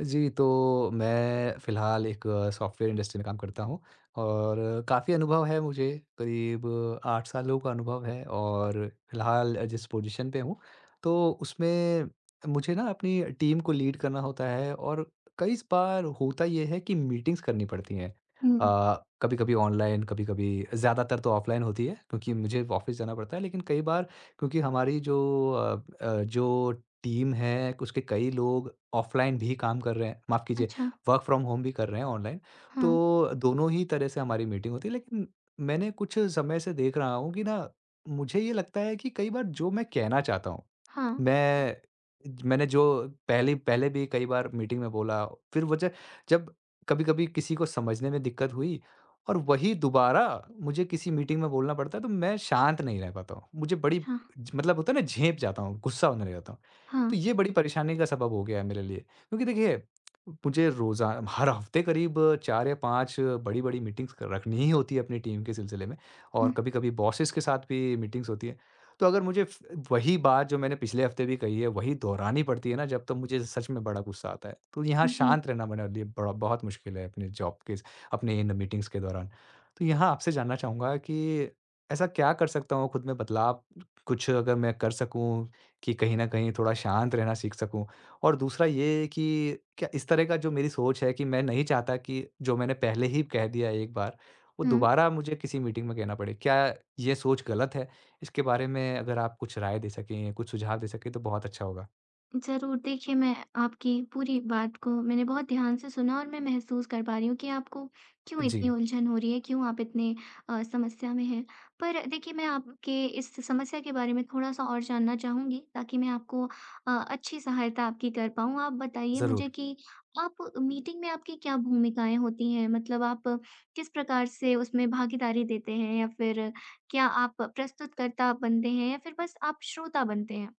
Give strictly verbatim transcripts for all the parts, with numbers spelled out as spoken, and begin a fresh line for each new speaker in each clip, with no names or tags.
जी, तो मैं फ़िलहाल एक सॉफ्टवेयर इंडस्ट्री में काम करता हूँ और काफ़ी अनुभव है मुझे, करीब आठ सालों का अनुभव है और फ़िलहाल जिस पोज़ीशन पे हूँ, तो उसमें मुझे ना अपनी टीम को लीड करना होता है और कई स बार होता ये है कि मीटिंग्स करनी पड़ती हैं।
हुँ।
अ, कभी-कभी ऑनलाइन, कभी-कभी ज़्यादातर तो ऑफ़लाइन होती है क्योंकि मुझे ऑफ़िस जाना पड़ता है, लेकिन कई बार क्योंकि हमारी जो अ अ, जो टीम है, क उसके कई लोग ऑफ़लाइन भी काम कर रहे हैं, माफ़ कीजिए,
अच्छा।
वर्क फ्रॉम होम भी कर रहे हैं ऑनलाइन।
हाँ,
तो दोनों ही तरह से हमारी मीटिंग होती है, लेकिन मैंने कुछ समय से देख रहा हूँ कि ना, मुझे ये लगता है कि कई बार जो मैं कहना चाहता हूँ,
हाँ,
मैं मैंने जो पहले पहले भी कई बार मीटिंग में बोला, फिर मुझे जब कभी-कभी किसी को समझने में दिक्कत हुई और वही दोबारा मुझे किसी मीटिंग में बोलना पड़ता है, तो मैं शांत नहीं रह पाता हूँ। मुझे बड़ी
अच्छा,
ज मतलब होता है ना, झेंप जाता हूँ, गुस्सा होने लग जाता हूँ।
हाँ।
तो ये बड़ी परेशानी का सबब हो गया है मेरे लिए, क्योंकि देखिए, मुझे रोज़ा हर हफ़्ते करीब चार या पांच बड़ी-बड़ी मीटिंग्स क रखनी ही होती है अपनी टीम के सिलसिले में और
हुँ,
कभी-कभी बॉसेस के साथ भी मीटिंग्स होती हैं। तो अगर मुझे फ वही बात जो मैंने पिछले हफ्ते भी कही है, वही दोहरानी पड़ती है ना जब, तो मुझे सच में बड़ा गुस्सा आता है। तो यहाँ
जी,
शांत रहना मेरे लिए बड़ा बहुत मुश्किल है अपने जॉब के, अपने इन मीटिंग्स के दौरान। तो यहाँ आपसे जानना चाहूँगा कि ऐसा क्या कर सकता हूँ खुद में बदलाव, कुछ अगर मैं कर सकूँ कि कहीं न कहीं थोड़ा शांत रहना सीख सकूँ? और दूसरा ये कि क्या इस तरह का जो मेरी सोच है कि मैं नहीं चाहता कि जो मैंने पहले ही कह दिया है एक बार, वो
हुँ।
दोबारा मुझे किसी मीटिंग में कहना पड़े। क्या ये सोच गलत है? इसके बारे में अगर आप कुछ राय दे सकें, कुछ सुझाव दे सकें तो बहुत अच्छा होगा।
ज़रूर, देखिए मैं आपकी पूरी बात को मैंने बहुत ध्यान से सुना और मैं महसूस कर पा रही हूँ कि आपको क्यों
जी,
इतनी उलझन हो रही है, क्यों आप इतने अ, समस्या में हैं। पर देखिए मैं आपके इस समस्या के बारे में थोड़ा-सा और जानना चाहूँगी ताकि मैं आपको अ, अच्छी सहायता आपकी कर पाऊँ। आप बताइए मुझे
ज़रूर।
कि आप मीटिंग में आपकी क्या भूमिकाएँ होती हैं? मतलब आप किस प्रकार से उसमें भागीदारी देते हैं या फिर क्या आप प्रस्तुतकर्ता बनते हैं या फिर बस आप श्रोता बनते हैं?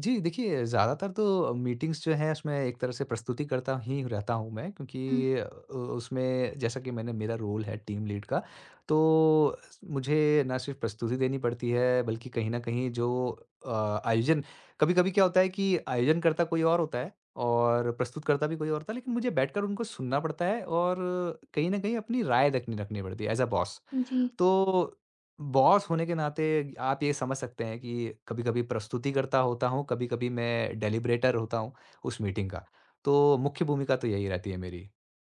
जी, देखिए, ज़्यादातर तो मीटिंग्स जो हैं उसमें एक तरह से प्रस्तुति करता ही रहता हूँ मैं, क्योंकि अ, उसमें जैसा कि मैंने, मेरा रोल है टीम लीड का, तो मुझे ना सिर्फ़ प्रस्तुति देनी पड़ती है बल्कि कहीं न कहीं जो अ, आयोजन, कभी-कभी क्या होता है कि आयोजनकर्ता कोई और होता है और प्रस्तुतकर्ता भी कोई और होता है, लेकिन मुझे बैठकर उनको सुनना पड़ता है और कहीं न कहीं अपनी राय रखनी रखनी पड़ती है एज़ अ बॉस।
हुँ, जी।
तो बॉस होने के नाते आप ये समझ सकते हैं कि कभी-कभी प्रस्तुतिकर्ता होता हूँ, कभी-कभी मैं डेलिब्रेटर होता हूँ उस मीटिंग का। तो मुख्य भूमिका तो यही रहती है मेरी।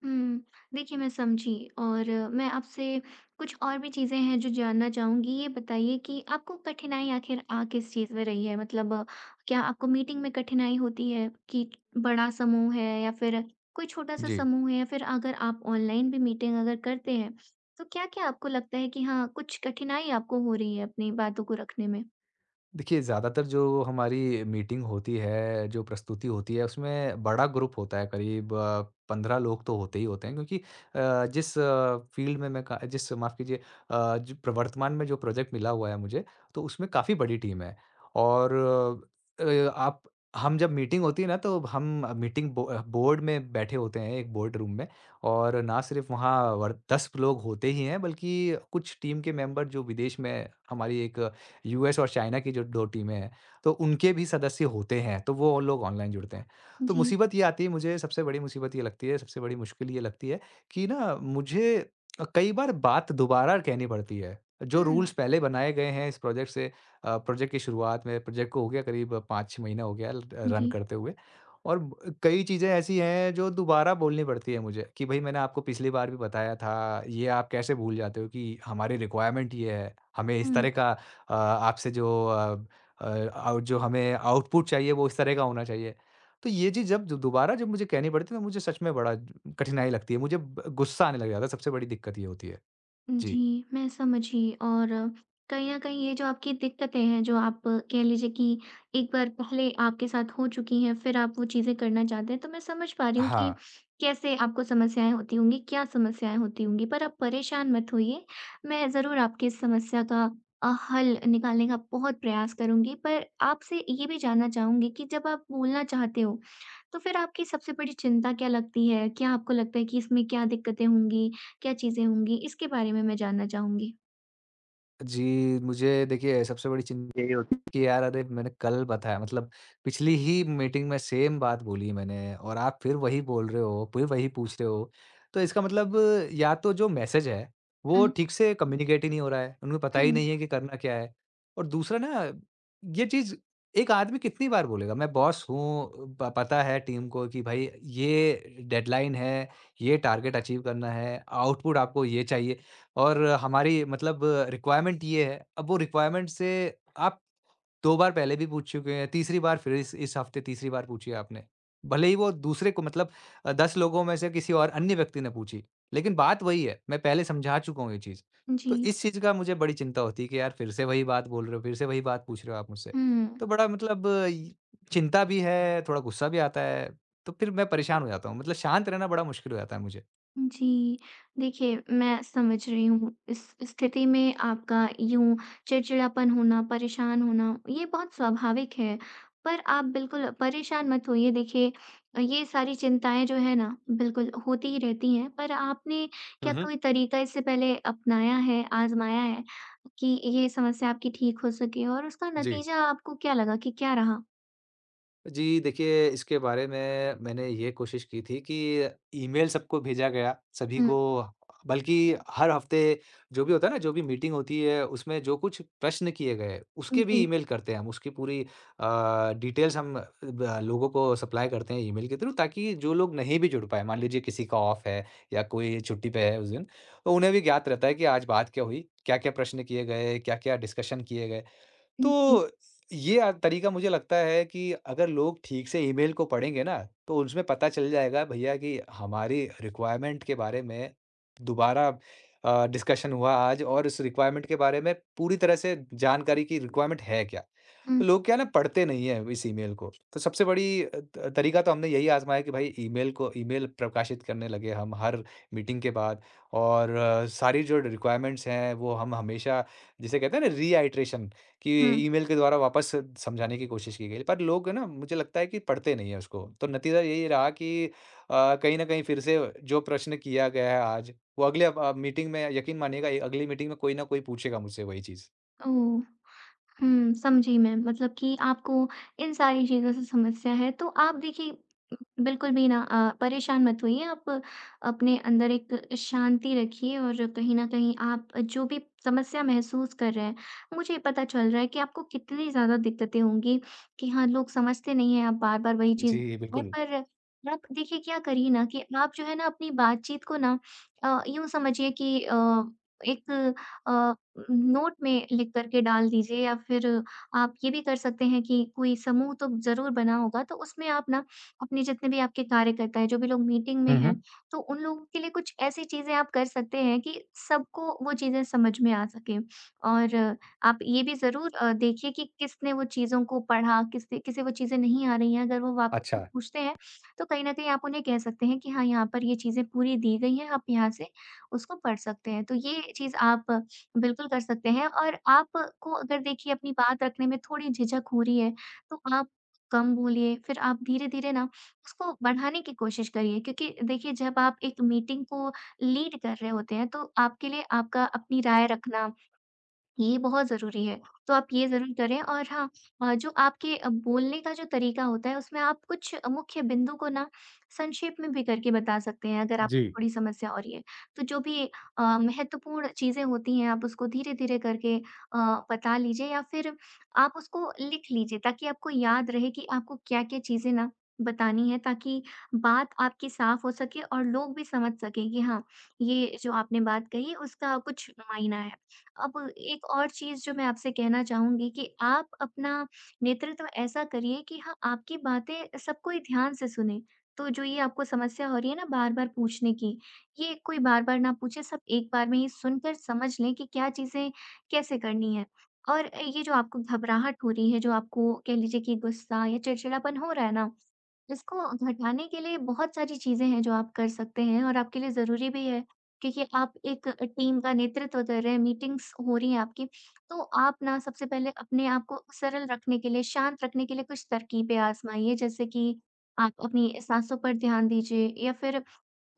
हुँ। देखिए, मैं समझी और अ, मैं आपसे कुछ और भी चीज़ें हैं जो जानना चाहूँगी। ये बताइए कि आपको कठिनाई आखिर आ किस चीज़ में रही है? मतलब अ, क्या आपको मीटिंग में कठिनाई होती है कि बड़ा समूह है या फिर कोई छोटा-सा
जी।
समूह है या फिर अगर आप ऑनलाइन भी मीटिंग अगर करते हैं, तो क्या-क्या आपको लगता है कि हाँ, कुछ कठिनाई आपको हो रही है अपनी बातों को रखने में?
देखिए, ज़्यादातर जो हमारी मीटिंग होती है, जो प्रस्तुति होती है, उसमें बड़ा ग्रुप होता है, करीब अ, पंद्रह लोग तो होते ही होते हैं, क्योंकि अ, जिस अ, फ़ील्ड में मैं का जिस माफ़ कीजिए। अ, जो प्र वर्तमान में जो प्रोजेक्ट मिला हुआ है मुझे, तो उसमें काफ़ी बड़ी टीम है। और अ, आप हम, जब मीटिंग होती है ना, तो हम मीटिंग बो अ, बोर्ड में बैठे होते हैं, एक बोर्ड रूम में और ना सिर्फ़ वहाँ वर दस लोग होते ही हैं, बल्कि कुछ टीम के मेंबर जो विदेश में, हमारी एक यूएस और चाइना की जो दो टीमें हैं, तो उनके भी सदस्य होते हैं, तो वो लोग ऑनलाइन जुड़ते हैं। तो
जी।
मुसीबत ये आती है मुझे, सबसे बड़ी मुसीबत ये लगती है, सबसे बड़ी मुश्किल ये लगती है कि ना, मुझे अ, कई बार बात दोबारा कहनी पड़ती है। जो
हुँ।
रूल्स पहले बनाए गए हैं इस प्रोजेक्ट से, अ, प्रोजेक्ट की शुरुआत में, प्रोजेक्ट को हो गया करीब पांच-छह महीना हो गया ल रन
जी।
करते हुए, और ब कई चीज़ें ऐसी हैं जो दोबारा बोलनी पड़ती है मुझे कि भई, मैंने आपको पिछली बार भी बताया था, ये आप कैसे भूल जाते हो कि हमारी रिक्वायरमेंट ये है, हमें
हुँ।
इस तरह का अ, आपसे जो अ अ, आउ जो हमें आउटपुट चाहिए वो इस तरह का होना चाहिए। तो ये चीज़ जब द दोबारा जब मुझे कहनी पड़ती है तो मुझे सच में बड़ा कठिनाई लगती है। मुझे ब गुस्सा आने लग जाता है, सबसे बड़ी दिक्कत ये होती है। जी।
जी, मैं समझी और कहीं न कहीं ये जो आपकी दिक्कतें हैं, जो आप कह लीजिए कि एक बार पहले आपके साथ हो चुकी हैं, फिर आप वो चीज़ें करना चाहते हैं, तो मैं समझ पा रही हूँ कि
हाँ।
कैसे आपको समस्याएँ होती होंगी, क्या समस्याएँ होती होंगी। पर आप परेशान मत होइए, मैं ज़रूर आपकी इस समस्या का अ, हल निकालने का बहुत प्रयास करूँगी। पर आपसे ये भी जानना चाहूँगी कि जब आप बोलना चाहते हो, तो फिर आपकी सबसे बड़ी चिंता क्या लगती है? क्या आपको लगता है कि इसमें क्या दिक्कतें होंगी? क्या चीज़ें होंगी? इसके बारे में मैं जानना चाहूँगी।
जी, मुझे देखिए, सबसे बड़ी चिंता यही होती है कि यार अरे, मैंने कल बताया, मतलब पिछली ही मीटिंग में सेम बात बोली मैंने, और आप फिर वही बोल रहे हो, फिर वही पूछ रहे हो। तो इसका मतलब या तो जो मैसेज है, वो
हुँ,
ठीक से कम्युनिकेट ही नहीं हो रहा है, उनको पता ही
हुँ।
नहीं है कि करना क्या है। और दूसरा ना, ये चीज़, एक आदमी कितनी बार बोलेगा? मैं बॉस हूँ, प पता है टीम को कि भाई ये डेडलाइन है, ये टारगेट अचीव करना है, आउटपुट आपको ये चाहिए। और हमारी मतलब रिक्वायरमेंट ये है, अब वो रिक्वायरमेंट से आप दो बार पहले भी पूछ चुके हैं, तीसरी बार फिर इस इस हफ़्ते तीसरी बार पूछी आपने। भले ही वो दूसरे को, मतलब अ, दस लोगों में से किसी और अन्य व्यक्ति ने पूछी, लेकिन बात वही है, मैं पहले समझा चुका हूँ ये चीज़। तो
जी,
इस चीज़ का मुझे बड़ी चिंता होती है कि यार, फिर से वही बात बोल रहे हो, फिर से वही बात पूछ रहे हो आप मुझसे।
हुँ।
तो बड़ा मतलब इ चिंता भी है, थोड़ा गुस्सा भी आता है, तो फिर मैं परेशान हो जाता हूँ, मतलब शांत रहना बड़ा मुश्किल हो जाता है मुझे।
जी, देखिए मैं समझ रही हूँ इस स्थिति में आपका यूँ चिड़चिड़ापन होना, परेशान होना ये बहुत स्वाभाविक है। पर आप बिल्कुल परेशान मत होइए देखिए ये सारी चिंताएँ जो है ना बिल्कुल होती ही रहती हैं। पर आपने क्या
हुँ, हुँ।
कोई तरीका इससे पहले अपनाया है, आज़माया है कि ये समस्या आपकी ठीक हो सके और उसका
जी।
नतीजा आपको क्या लगा कि क्या रहा?
जी, देखिए, इसके बारे में मैंने ये कोशिश की थी कि ईमेल सबको भेजा गया, सभी
हुँ।
को, बल्कि हर हफ़्ते जो भी होता है ना, जो भी मीटिंग होती है उसमें जो कुछ प्रश्न किए गए, उसके भी
जी,
ईमेल करते हैं हम, उसकी पूरी अ, डिटेल्स हम अ, ब लोगों को सप्लाई करते हैं ईमेल के थ्रू, ताकि जो लोग नहीं भी जुड़ पाएँ, मान लीजिए किसी का ऑफ है या कोई छुट्टी पे है उस दिन, तो उन्हें भी ज्ञात रहता है कि आज बात क्या हुई, क्या-क्या प्रश्न किए गए, क्या-क्या डिस्कशन किए गए।
जी।
तो ये अ, तरीका, मुझे लगता है कि अगर लोग ठीक से ईमेल को पढ़ेंगे ना, तो उसमें पता चल जाएगा भैया कि हमारी रिक्वायरमेंट के बारे में दोबारा अ, डिस्कशन हुआ आज, और इस रिक्वायरमेंट के बारे में पूरी तरह से जानकारी की रिक्वायरमेंट है क्या?
हुँ,
तो लोग क्या है ना, पढ़ते नहीं हैं इस ईमेल को। तो सबसे बड़ी अ, त तरीका तो हमने यही आज़माया कि भाई, ईमेल को ईमेल प्रकाशित करने लगे हम हर मीटिंग के बाद, और अ, सारी जो रिक्वायरमेंट्स हैं वो हम हमेशा, जिसे कहते हैं ना रीआइट्रेशन, कि
हुँ।
ईमेल के द्वारा वापस समझाने की कोशिश की गई। पर लोग है ना, मुझे लगता है कि पढ़ते नहीं हैं उसको। तो नतीजा यही रहा कि अ, कहीं न कहीं फिर से जो प्रश्न किया गया है आज, वो अगले अ, मीटिंग में, यकीन मानिएगा, अगली मीटिंग में कोई ना कोई पूछेगा मुझसे वही चीज़।
ओह! हुँ, समझी मैं मतलब कि आपको इन सारी चीज़ों से समस्या है। तो आप देखिए बिल्कुल भी ना अ, परेशान मत होइए। आप अपने अंदर एक शांति रखिए और कहीं न कहीं आप जो भी समस्या महसूस कर रहे हैं, मुझे पता चल रहा है कि आपको कितनी ज़्यादा दिक्कतें होंगी कि हाँ, लोग समझते नहीं हैं, आप बार-बार वही
जी,
चीज़ है।
बिल्कुल।
पर आप देखिए क्या करिए ना कि आप जो है ना अपनी बातचीत को ना अ, यूँ समझिए कि अ, एक अ, नोट में लिख कर के डाल दीजिए या फिर आप ये भी कर सकते हैं कि कोई समूह तो ज़रूर बना होगा, तो उसमें आप ना अपने जितने भी आपके कार्यकर्ता हैं, जो भी लोग मीटिंग में
हुँ,
हैं,
हुँ।
तो उन लोगों के लिए कुछ ऐसी चीज़ें आप कर सकते हैं कि सबको वो चीज़ें समझ में आ सकें। और आप ये भी ज़रूर अ, देखिए कि किसने वो चीज़ों को पढ़ा, किसने किसे वो चीज़ें नहीं आ रही हैं, अगर वो वापस से
अच्छा।
पूछते हैं, तो कहीं न कहीं आप उन्हें कह सकते हैं कि हाँ, यहाँ पर ये चीज़ें पूरी दी गई हैं, आप यहाँ से उसको पढ़ सकते हैं। तो ये चीज़ आप बिल्कुल कर सकते हैं और आपको अगर देखिए अपनी बात रखने में थोड़ी झिझक हो रही है, तो आप कम बोलिए, फिर आप धीरे-धीरे ना उसको बढ़ाने की कोशिश करिए क्योंकि देखिए जब आप एक मीटिंग को लीड कर रहे होते हैं, तो आपके लिए आपका अपनी राय रखना ये बहुत ज़रूरी है। तो आप ये ज़रूर करें और हाँ अ, जो आपके अ, बोलने का जो तरीका होता है, उसमें आप कुछ मुख्य बिंदु को ना संक्षेप में भी करके बता सकते हैं, अगर आपको
जी।
थोड़ी समस्या हो रही है। तो जो भी अ, महत्वपूर्ण चीज़ें होती हैं, आप उसको धीरे-धीरे करके अ, बता लीजिए या फिर आप उसको लिख लीजिए, ताकि आपको याद रहे कि आपको क्या-क्या चीज़ें ना बतानी है, ताकि बात आपकी साफ़ हो सके और लोग भी समझ सकें कि हाँ, ये जो आपने बात कही, उसका कुछ मायना है। अब एक और चीज़ जो मैं आपसे कहना चाहूँगी कि आप अपना नेतृत्व ऐसा करिए कि हाँ, आपकी बातें सब कोई ध्यान से सुने। तो जो ये आपको समस्या हो रही है ना बार-बार पूछने की, ये कोई बार-बार ना पूछे, सब एक बार में ही सुनकर समझ लें कि क्या चीज़ें कैसे करनी है। और ये जो आपको घबराहट हो रही है, जो आपको कह लीजिए कि गुस्सा या चिड़चिड़ापन हो रहा है ना, इसको घटाने के लिए बहुत सारी चीज़ें हैं जो आप कर सकते हैं और आपके लिए ज़रूरी भी है, क्योंकि आप एक टीम का नेतृत्व कर रहे हैं, मीटिंग्स हो रही हैं आपकी। तो आप ना सबसे पहले अपने आप को सरल रखने के लिए, शांत रखने के लिए कुछ तरकीबें आज़माइए जैसे कि आप अपनी साँसों पर ध्यान दीजिए या फिर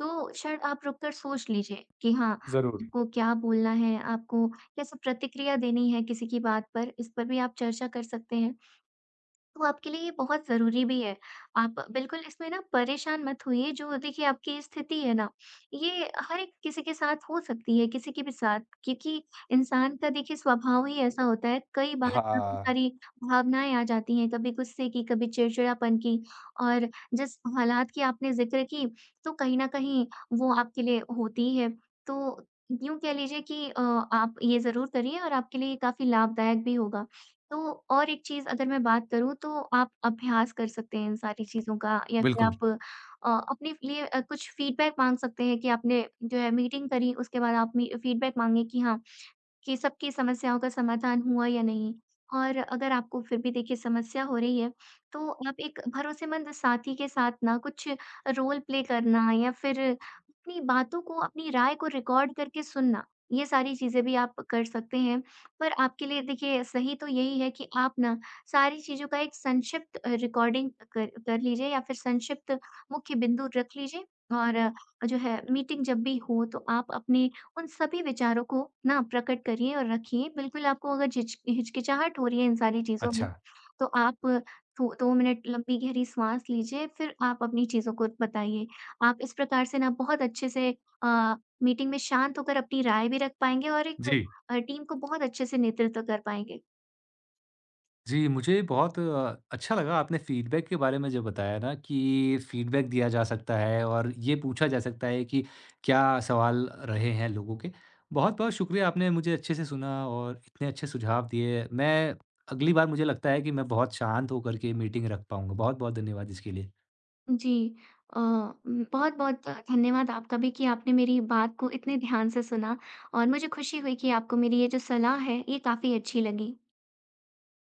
दो क्षण आप रुक कर सोच लीजिए कि हाँ,
ज़रूर।
आपको क्या बोलना है, आपको कैसे प्रतिक्रिया देनी है किसी की बात पर, इस पर भी आप चर्चा कर सकते हैं। तो आपके लिए ये बहुत ज़रूरी भी है। आप बिल्कुल इसमें ना परेशान मत होइए, जो देखिए आपकी स्थिति है ना, ये हर एक किसी के साथ हो सकती है, किसी के भी साथ क्योंकि इंसान का देखिए स्वभाव ही ऐसा होता है। कई बार काफ़ी
हाँ,
सारी भावनाएँ आ जाती हैं, कभी गुस्से की, कभी चिड़चिड़ापन की और जिस हालात की आपने ज़िक्र की, तो कहीं न कहीं वो आपके लिए होती ही है। तो यूँ कह लीजिए कि अ, आप ये ज़रूर करिए और आपके लिए ये काफ़ी लाभदायक भी होगा। तो और एक चीज़ अगर मैं बात करूँ तो आप अभ्यास कर सकते हैं इन सारी चीज़ों का या फिर
बिल्कुल।
आप अ, अपने लिए अ, कुछ फीडबैक माँग सकते हैं कि आपने जो है मीटिंग करी उसके बाद आप मी फीडबैक माँगे कि हाँ, कि सबकी समस्याओं का समाधान हुआ या नहीं। और अगर आपको फिर भी देखिए समस्या हो रही है, तो आप एक भरोसेमंद साथी के साथ ना कुछ रोल प्ले करना या फिर अपनी बातों को, अपनी राय को रिकॉर्ड करके सुनना, ये सारी चीज़ें भी आप कर सकते हैं। पर आपके लिए देखिए सही तो यही है कि आप ना सारी चीज़ों का एक संक्षिप्त अ, रिकॉर्डिंग कर कर लीजिए या फिर संक्षिप्त मुख्य बिंदु रख लीजिए और अ, जो है मीटिंग जब भी हो तो आप अपने उन सभी विचारों को ना प्रकट करिए और रखिए। बिल्कुल आपको अगर झिच हिचकिचाहट हो रही है इन सारी चीज़ों में,
अच्छा,
तो आप थो दो मिनट लंबी गहरी साँस लीजिए, फिर आप अपनी चीज़ों को बताइए। आप इस प्रकार से ना बहुत अच्छे से अ, मीटिंग में शांत होकर अपनी राय भी रख पाएँगे और एक
जी।
अ, टीम को बहुत अच्छे से नेतृत्व कर पाएँगे।
जी, मुझे बहुत अ, अच्छा लगा आपने फ़ीडबैक के बारे में जो बताया ना, कि फ़ीडबैक दिया जा सकता है और ये पूछा जा सकता है कि क्या सवाल रहे हैं लोगों के। बहुत-बहुत शुक्रिया, आपने मुझे अच्छे से सुना और इतने अच्छे सुझाव दिए। मैं अगली बार, मुझे लगता है कि मैं बहुत शांत होकर के मीटिंग रख पाऊँगा। बहुत-बहुत धन्यवाद इसके लिए।
जी। अ, उम, बहुत-बहुत धन्यवाद आपका भी कि आपने मेरी बात को इतने ध्यान से सुना और मुझे खुशी हुई कि आपको मेरी ये जो सलाह है, ये काफ़ी अच्छी लगी।